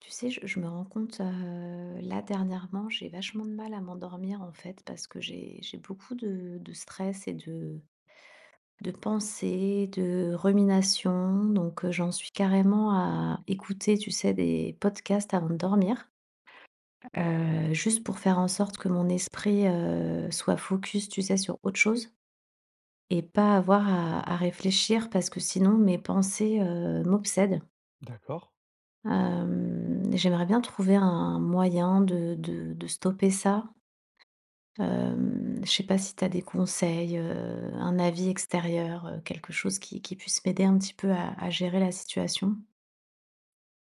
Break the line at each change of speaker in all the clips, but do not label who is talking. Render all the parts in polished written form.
Tu sais, je me rends compte, là dernièrement, j'ai vachement de mal à m'endormir en fait parce que j'ai beaucoup de stress et de pensées, de ruminations. Donc j'en suis carrément à écouter, tu sais, des podcasts avant de dormir, juste pour faire en sorte que mon esprit soit focus, tu sais, sur autre chose et pas avoir à réfléchir parce que sinon mes pensées m'obsèdent.
D'accord,
J'aimerais bien trouver un moyen de stopper ça. Je sais pas si tu as des conseils, un avis extérieur, quelque chose qui puisse m'aider un petit peu à gérer la situation?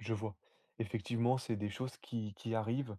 je vois. Effectivement, c'est des choses qui arrivent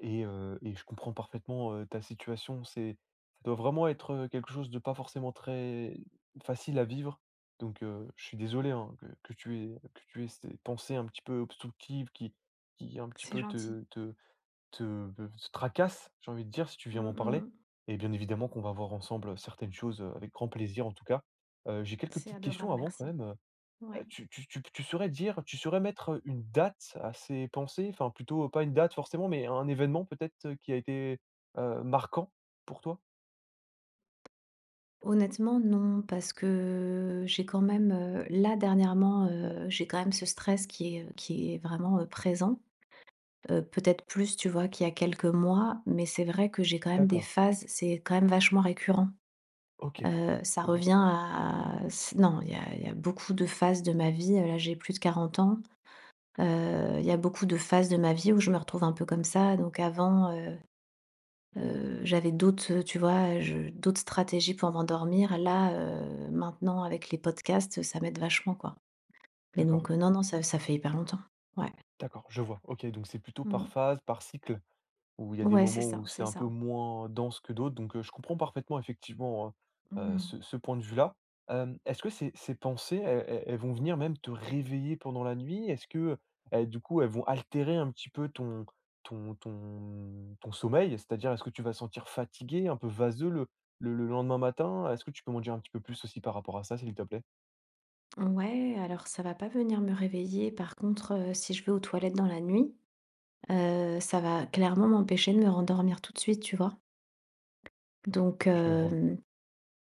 et je comprends parfaitement ta situation. Ça doit vraiment être quelque chose de pas forcément très facile à vivre. Donc, je suis désolé hein, que tu aies ces pensées un petit peu obstructives qui un petit
C'est
peu
gentil.
te tracassent, j'ai envie de dire, si tu viens
Mmh
m'en
mh,
parler.
mmh.
Et bien évidemment qu'on va voir ensemble certaines choses avec grand plaisir en tout cas. J'ai quelques
C'est
petites questions
adorable,
avant quand
merci.
même.
Ouais.
Tu saurais mettre une date à ces pensées? Enfin, plutôt pas une date forcément, mais un événement peut-être, qui a été marquant pour toi?
Honnêtement, non, parce que j'ai quand même, là dernièrement, j'ai quand même ce stress qui est vraiment, présent. Peut-être plus, tu vois, qu'il y a quelques mois, mais c'est vrai que j'ai quand même des
D'accord,
phases, c'est quand même vachement récurrent.
OK,
Ça
je vois.
revient à s Non, il y a beaucoup de phases de ma vie, là, j'ai plus de 40 ans. Il y a beaucoup de phases de ma vie où je me retrouve un peu comme ça. Donc avant, j'avais d'autres, tu vois, je d'autres stratégies pour m'endormir. Là, maintenant avec les podcasts, ça m'aide vachement, quoi. Mais
D'accord,
donc, non, non, ça fait hyper longtemps. Ouais.
d'accord, je vois. OK, donc c'est plutôt par
Mmh.
phase, par cycle. Où il y a des
Ouais, c'est
moments
ça,
où c'est
c'est
un peu
ça.
moins dense que d'autres, donc je comprends parfaitement effectivement,
Mmh.
ce point de vue-là. Est-ce que ces pensées, elles vont venir même te réveiller pendant la nuit? Est-ce que, du coup, elles vont altérer un petit peu ton sommeil? C'est-à-dire, est-ce que tu vas sentir fatigué, un peu vaseux le lendemain matin? Est-ce que tu peux m'en dire un petit peu plus aussi par rapport à ça, s'il te plaît?
Ouais, alors ça va pas venir me réveiller. Par contre, si je vais aux toilettes dans la nuit, ça va clairement m'empêcher de me rendormir tout de suite, tu vois? Donc,
Je vois.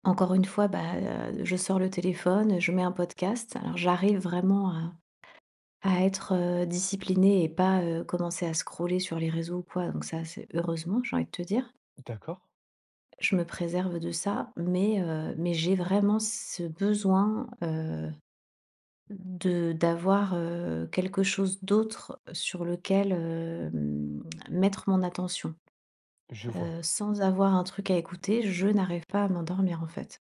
encore une fois, bah, je sors le téléphone, je mets un podcast. Alors j'arrive vraiment à être, disciplinée et pas, commencer à scroller sur les réseaux ou quoi, donc ça, c'est heureusement, j'ai envie de te dire.
D'accord,
Je me préserve de ça, mais j'ai vraiment ce besoin, De d'avoir, quelque chose d'autre sur lequel, mettre mon attention.
je vois.
Sans avoir un truc à écouter, je n'arrive pas à m'endormir, en fait.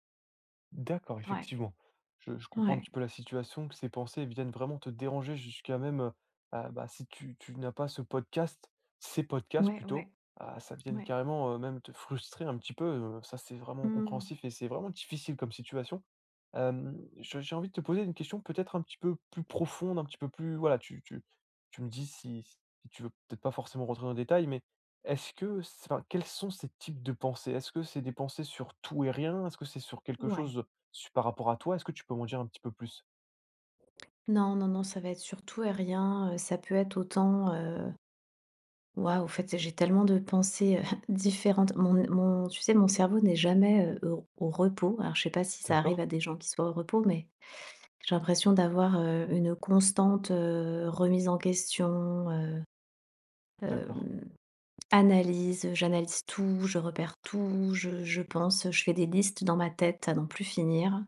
D'accord,
Ouais,
effectivement. Je comprends un
ouais,
petit peu la situation, que ces pensées viennent vraiment te déranger jusqu'à même, ah, bah, si tu n'as pas ce podcast, ces podcasts
ouais,
plutôt,
ouais,
ah, ça vienne
ouais.
carrément même te frustrer un petit peu. Ça, c'est vraiment
Mmh,
compréhensif et c'est vraiment difficile comme situation. Euh, j'ai envie de te poser une question peut-être un petit peu plus profonde, un petit peu plus... Voilà, tu me dis si tu veux peut-être pas forcément rentrer dans le détail, mais enfin, quels sont ces types de pensées? Est-ce que c'est des pensées sur tout et rien? Est-ce que c'est sur quelque
ouais.
chose? Su Par rapport à toi, est-ce que tu peux m'en dire un petit peu plus?
Non, non, non, ça va être sur tout et rien, ça peut être autant, waouh, en fait, j'ai tellement de pensées, différentes. Mon tu sais, mon cerveau n'est jamais, au repos. Alors je sais pas si ça arrive
D'accord,
à des gens qui soient au repos, mais j'ai l'impression d'avoir, une constante, remise en question,
d'accord,
hem, analyse. J'analyse tout, je repère tout, je pense, je fais des listes dans ma tête à n'en plus finir.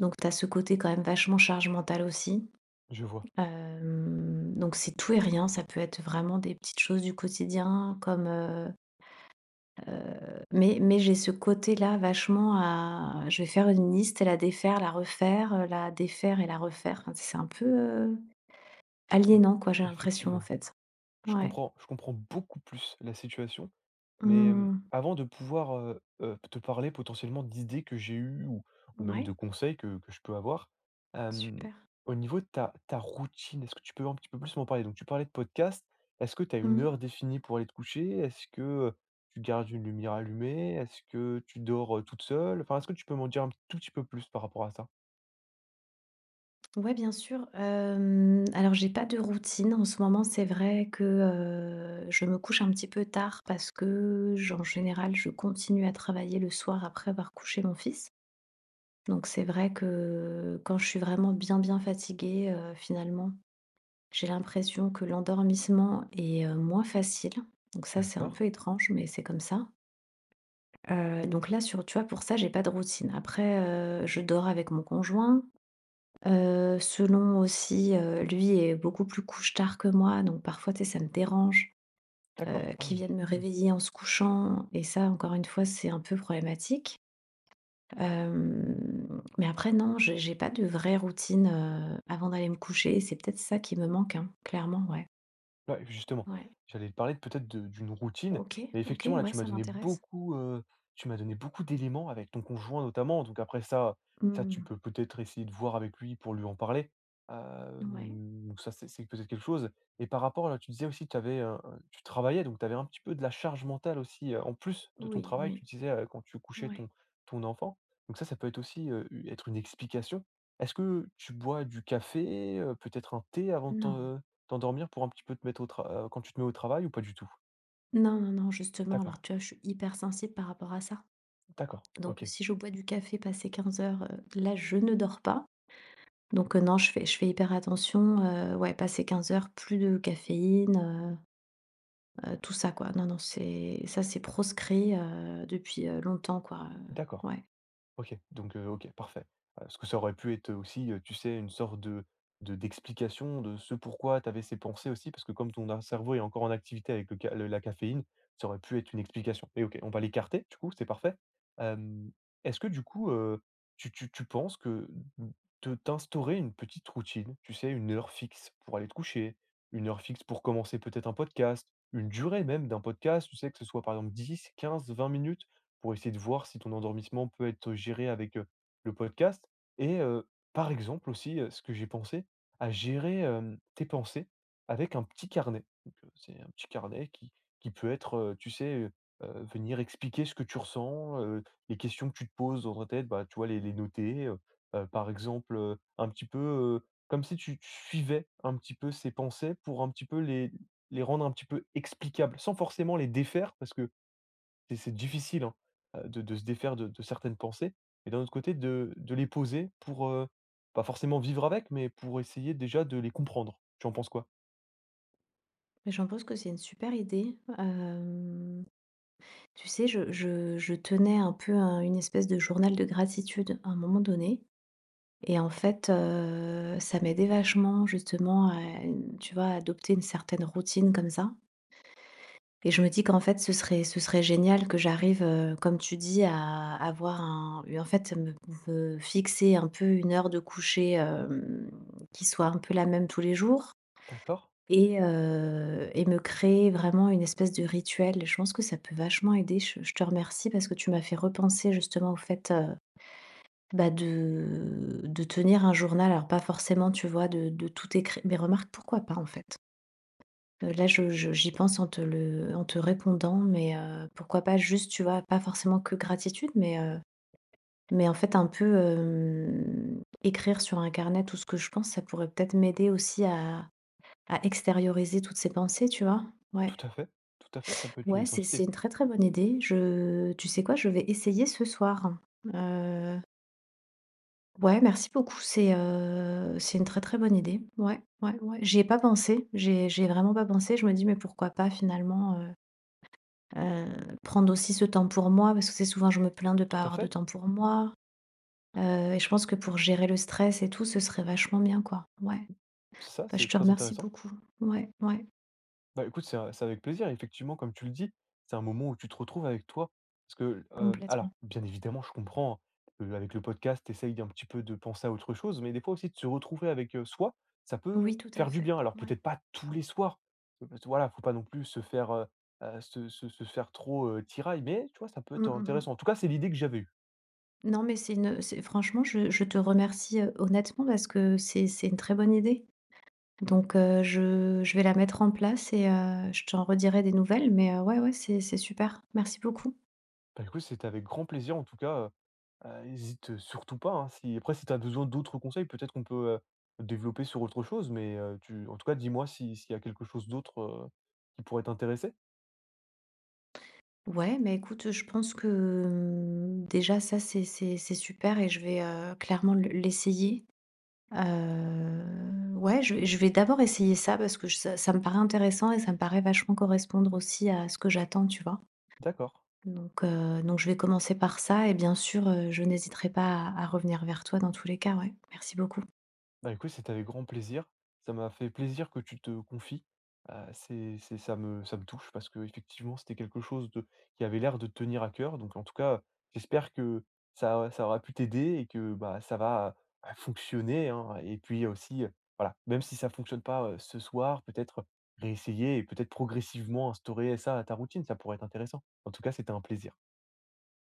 Donc tu as ce côté quand même vachement charge mentale aussi.
je vois.
Donc c'est tout et rien, ça peut être vraiment des petites choses du quotidien comme, mais j'ai ce côté-là vachement à je vais faire une liste et la défaire, la refaire, la défaire et la refaire. Enfin, c'est un peu,
Ouais,
aliénant quoi, j'ai l'impression en
effectivement.
fait. Ouais.
Je comprends beaucoup plus la situation. Mais
Mmh.
avant de pouvoir te parler potentiellement d'idées que j'ai eues ou même de
Ouais,
conseils que je peux avoir, hem,
super.
au niveau de ta routine, est-ce que tu peux un petit peu plus m'en parler? Donc tu parlais de podcast. Est-ce que tu as une
Mmh.
heure définie pour aller te coucher? Est-ce que, tu gardes une lumière allumée? Est-ce que tu dors, toute seule? Enfin, est-ce que tu peux m'en dire un tout petit peu plus par rapport à ça?
Ouais, bien sûr. Alors j'ai pas de routine en ce moment. C'est vrai que, je me couche un petit peu tard parce que j en général, je continue à travailler le soir après avoir couché mon fils. Donc c'est vrai que quand je suis vraiment bien, bien fatiguée, finalement, j'ai l'impression que l'endormissement est, moins facile. Donc ça, c'est un
D'accord,
peu étrange, mais c'est comme ça. Donc là sur Tu vois, pour ça, j'ai pas de routine. Après, je dors avec mon conjoint, selon aussi, lui est beaucoup plus couche-tard que moi, donc parfois, tu sais, ça me dérange,
d'accord. Ah
qu'il
oui.
vienne me
Mmh.
réveiller en se couchant et ça, encore une fois, c'est un peu problématique. Mais après non, j'ai pas de vraie routine, avant d'aller me coucher. C'est peut-être ça qui me manque, hein, clairement, ouais.
Ouais, justement,
Ouais.
j'allais te parler de peut-être de d'une routine
OK,
et
OK,
effectivement, là,
ouais,
tu m'as
ça
donné
m'intéresse.
beaucoup, tu m'as donné beaucoup d'éléments avec ton conjoint notamment, donc après ça tu
Mmh.
peux peut-être essayer de voir avec lui pour lui en parler.
Ouais.
Donc ça, c'est peut-être quelque chose. Et par rapport là, tu disais aussi tu avais, tu travaillais donc tu avais un petit peu de la charge mentale aussi, en plus de ton
Oui,
travail,
oui.
tu disais, quand tu couchais
Ouais.
ton enfant, donc ça peut être aussi, u être une explication. Est-ce que tu bois du café, peut-être un thé avant de
Non.
t'endormir pour un petit peu te mettre au tra quand tu te mets au travail ou pas du tout?
Non, non, non, justement,
D'accord,
alors tu vois, je suis hyper sensible par rapport à ça.
d'accord,
Donc,
OK,
si je bois du café passé 15:00, là, je ne dors pas. Donc, non, je fais hyper attention, ouais, passé quinze heures plus de caféine, tout ça, quoi. Non, non, c'est ça, c'est proscrit, depuis, longtemps, quoi,
d'accord.
ouais.
OK, donc OK, parfait. Parce que ça aurait pu être aussi, tu sais, une sorte de d'explication de ce pourquoi tu avais ces pensées aussi, parce que comme ton a cerveau est encore en activité avec le ca le la caféine, ça aurait pu être une explication. Mais OK, on va l'écarter, du coup, c'est parfait. Hem, Est-ce que du coup, tu penses que te t'instaurer une petite routine, tu sais, une heure fixe pour aller te coucher, une heure fixe pour commencer peut-être un podcast, une durée même d'un podcast, tu sais, que ce soit par exemple 10, 15, 20 minutes, pour essayer de voir si ton endormissement peut être géré avec, le podcast et par exemple aussi, ce que j'ai pensé, à gérer, tes pensées avec un petit carnet. Donc, c'est un petit carnet qui peut être, tu sais, venir expliquer ce que tu ressens, les questions que tu te poses dans ta tête, bah, tu vois les noter, par exemple, un petit peu, comme si tu suivais un petit peu ces pensées pour un petit peu les rendre un petit peu explicables, sans forcément les défaire parce que c'est difficile, hein, de se défaire de certaines pensées et d'un autre côté de les poser pour, pas forcément vivre avec, mais pour essayer déjà de les comprendre. Tu en penses quoi?
Mais j'en pense que c'est une super idée. Tu sais, je tenais un peu un une espèce de journal de gratitude à un moment donné. Et en fait, ça m'aidait vachement justement à tu vois, à adopter une certaine routine comme ça et je me dis qu'en fait ce serait génial que j'arrive, comme tu dis à avoir un en fait me me fixer un peu une heure de coucher, qui soit un peu la même tous les jours
D'accord,
et me créer vraiment une espèce de rituel. Je pense que ça peut vachement aider. Je te remercie parce que tu m'as fait repenser justement au fait, bah, de tenir un journal, alors pas forcément, tu vois, de tout écrire mais remarque, pourquoi pas, en fait? Là, je j'y pense en te répondant, mais pourquoi pas juste, tu vois, pas forcément que gratitude, mais en fait, un peu, écrire sur un carnet tout ce que je pense, ça pourrait peut-être m'aider aussi à extérioriser toutes ces pensées, tu vois? Ouais.
tout à fait, tout à fait, ça peut être une
Ouais, c'est
excellente idée.
une très, très bonne idée. Je Tu sais quoi? Je vais essayer ce soir, heu ouais, merci beaucoup. C'est une très, très bonne idée. Ouais, ouais, ouais. J'y ai pas pensé. J'ai vraiment pas pensé. Je me dis: «Mais pourquoi pas finalement, heu, prendre aussi ce temps pour moi ?» parce que c'est souvent je me plains de pas
Tout à
avoir de
fait,
temps pour moi, et je pense que pour gérer le stress et tout, ce serait vachement bien, quoi. Ouais.
ça,
Bah, je
c'est
te
très
remercie
intéressant.
beaucoup. Ouais, ouais,
Bah, écoute, c'est avec plaisir. Effectivement, comme tu le dis, c'est un moment où tu te retrouves avec toi. Parce que, alors,
complètement.
bien évidemment, je comprends, avec le podcast, tu essayes d'un petit peu de penser à autre chose, mais des fois aussi de se retrouver avec, soi, ça peut
Oui, tout à
faire du
fait.
bien. Alors
Ouais.
peut-être pas tous les soirs, parce que voilà, faut pas non plus se faire, se faire trop, tiraille, mais tu vois, ça peut
Mmh
être
mh, mmh.
intéressant. En tout cas, c'est l'idée que j'avais eue.
Non, mais c'est une c'est franchement, je te remercie, honnêtement parce que c'est une très bonne idée. Donc je vais la mettre en place et je t'en redirai des nouvelles, mais ouais, ouais, c'est super. Merci beaucoup.
Bah, écoute, c'était avec grand plaisir, en tout cas. Hésite surtout pas, hein, si après si tu as besoin d'autres conseils, peut-être qu'on peut, développer sur autre chose, mais tu en tout cas, dis-moi si s'il y a quelque chose d'autre, qui pourrait t'intéresser?
Ouais, mais écoute, je pense que, déjà ça, c'est super et je vais, clairement le l'essayer. Heu, ouais, je vais d'abord essayer ça parce que j ça me paraît intéressant et ça me paraît vachement correspondre aussi à ce que j'attends, tu vois?
D'accord.
Donc je vais commencer par ça et bien sûr, je n'hésiterai pas à revenir vers toi dans tous les cas, ouais. Merci beaucoup.
Bah, écoute, c'était avec grand plaisir. Ça m'a fait plaisir que tu te confies. C'est ça me touche parce que effectivement c'était quelque chose de qui avait l'air de te tenir à cœur. Donc en tout cas, j'espère que ça aura pu t'aider et que, bah, ça va, bah, fonctionner, hein et puis aussi, voilà, même si ça ne fonctionne pas, ce soir, peut-être réessayer et peut-être progressivement instaurer ça à ta routine, ça pourrait être intéressant. En tout cas, c'était un plaisir.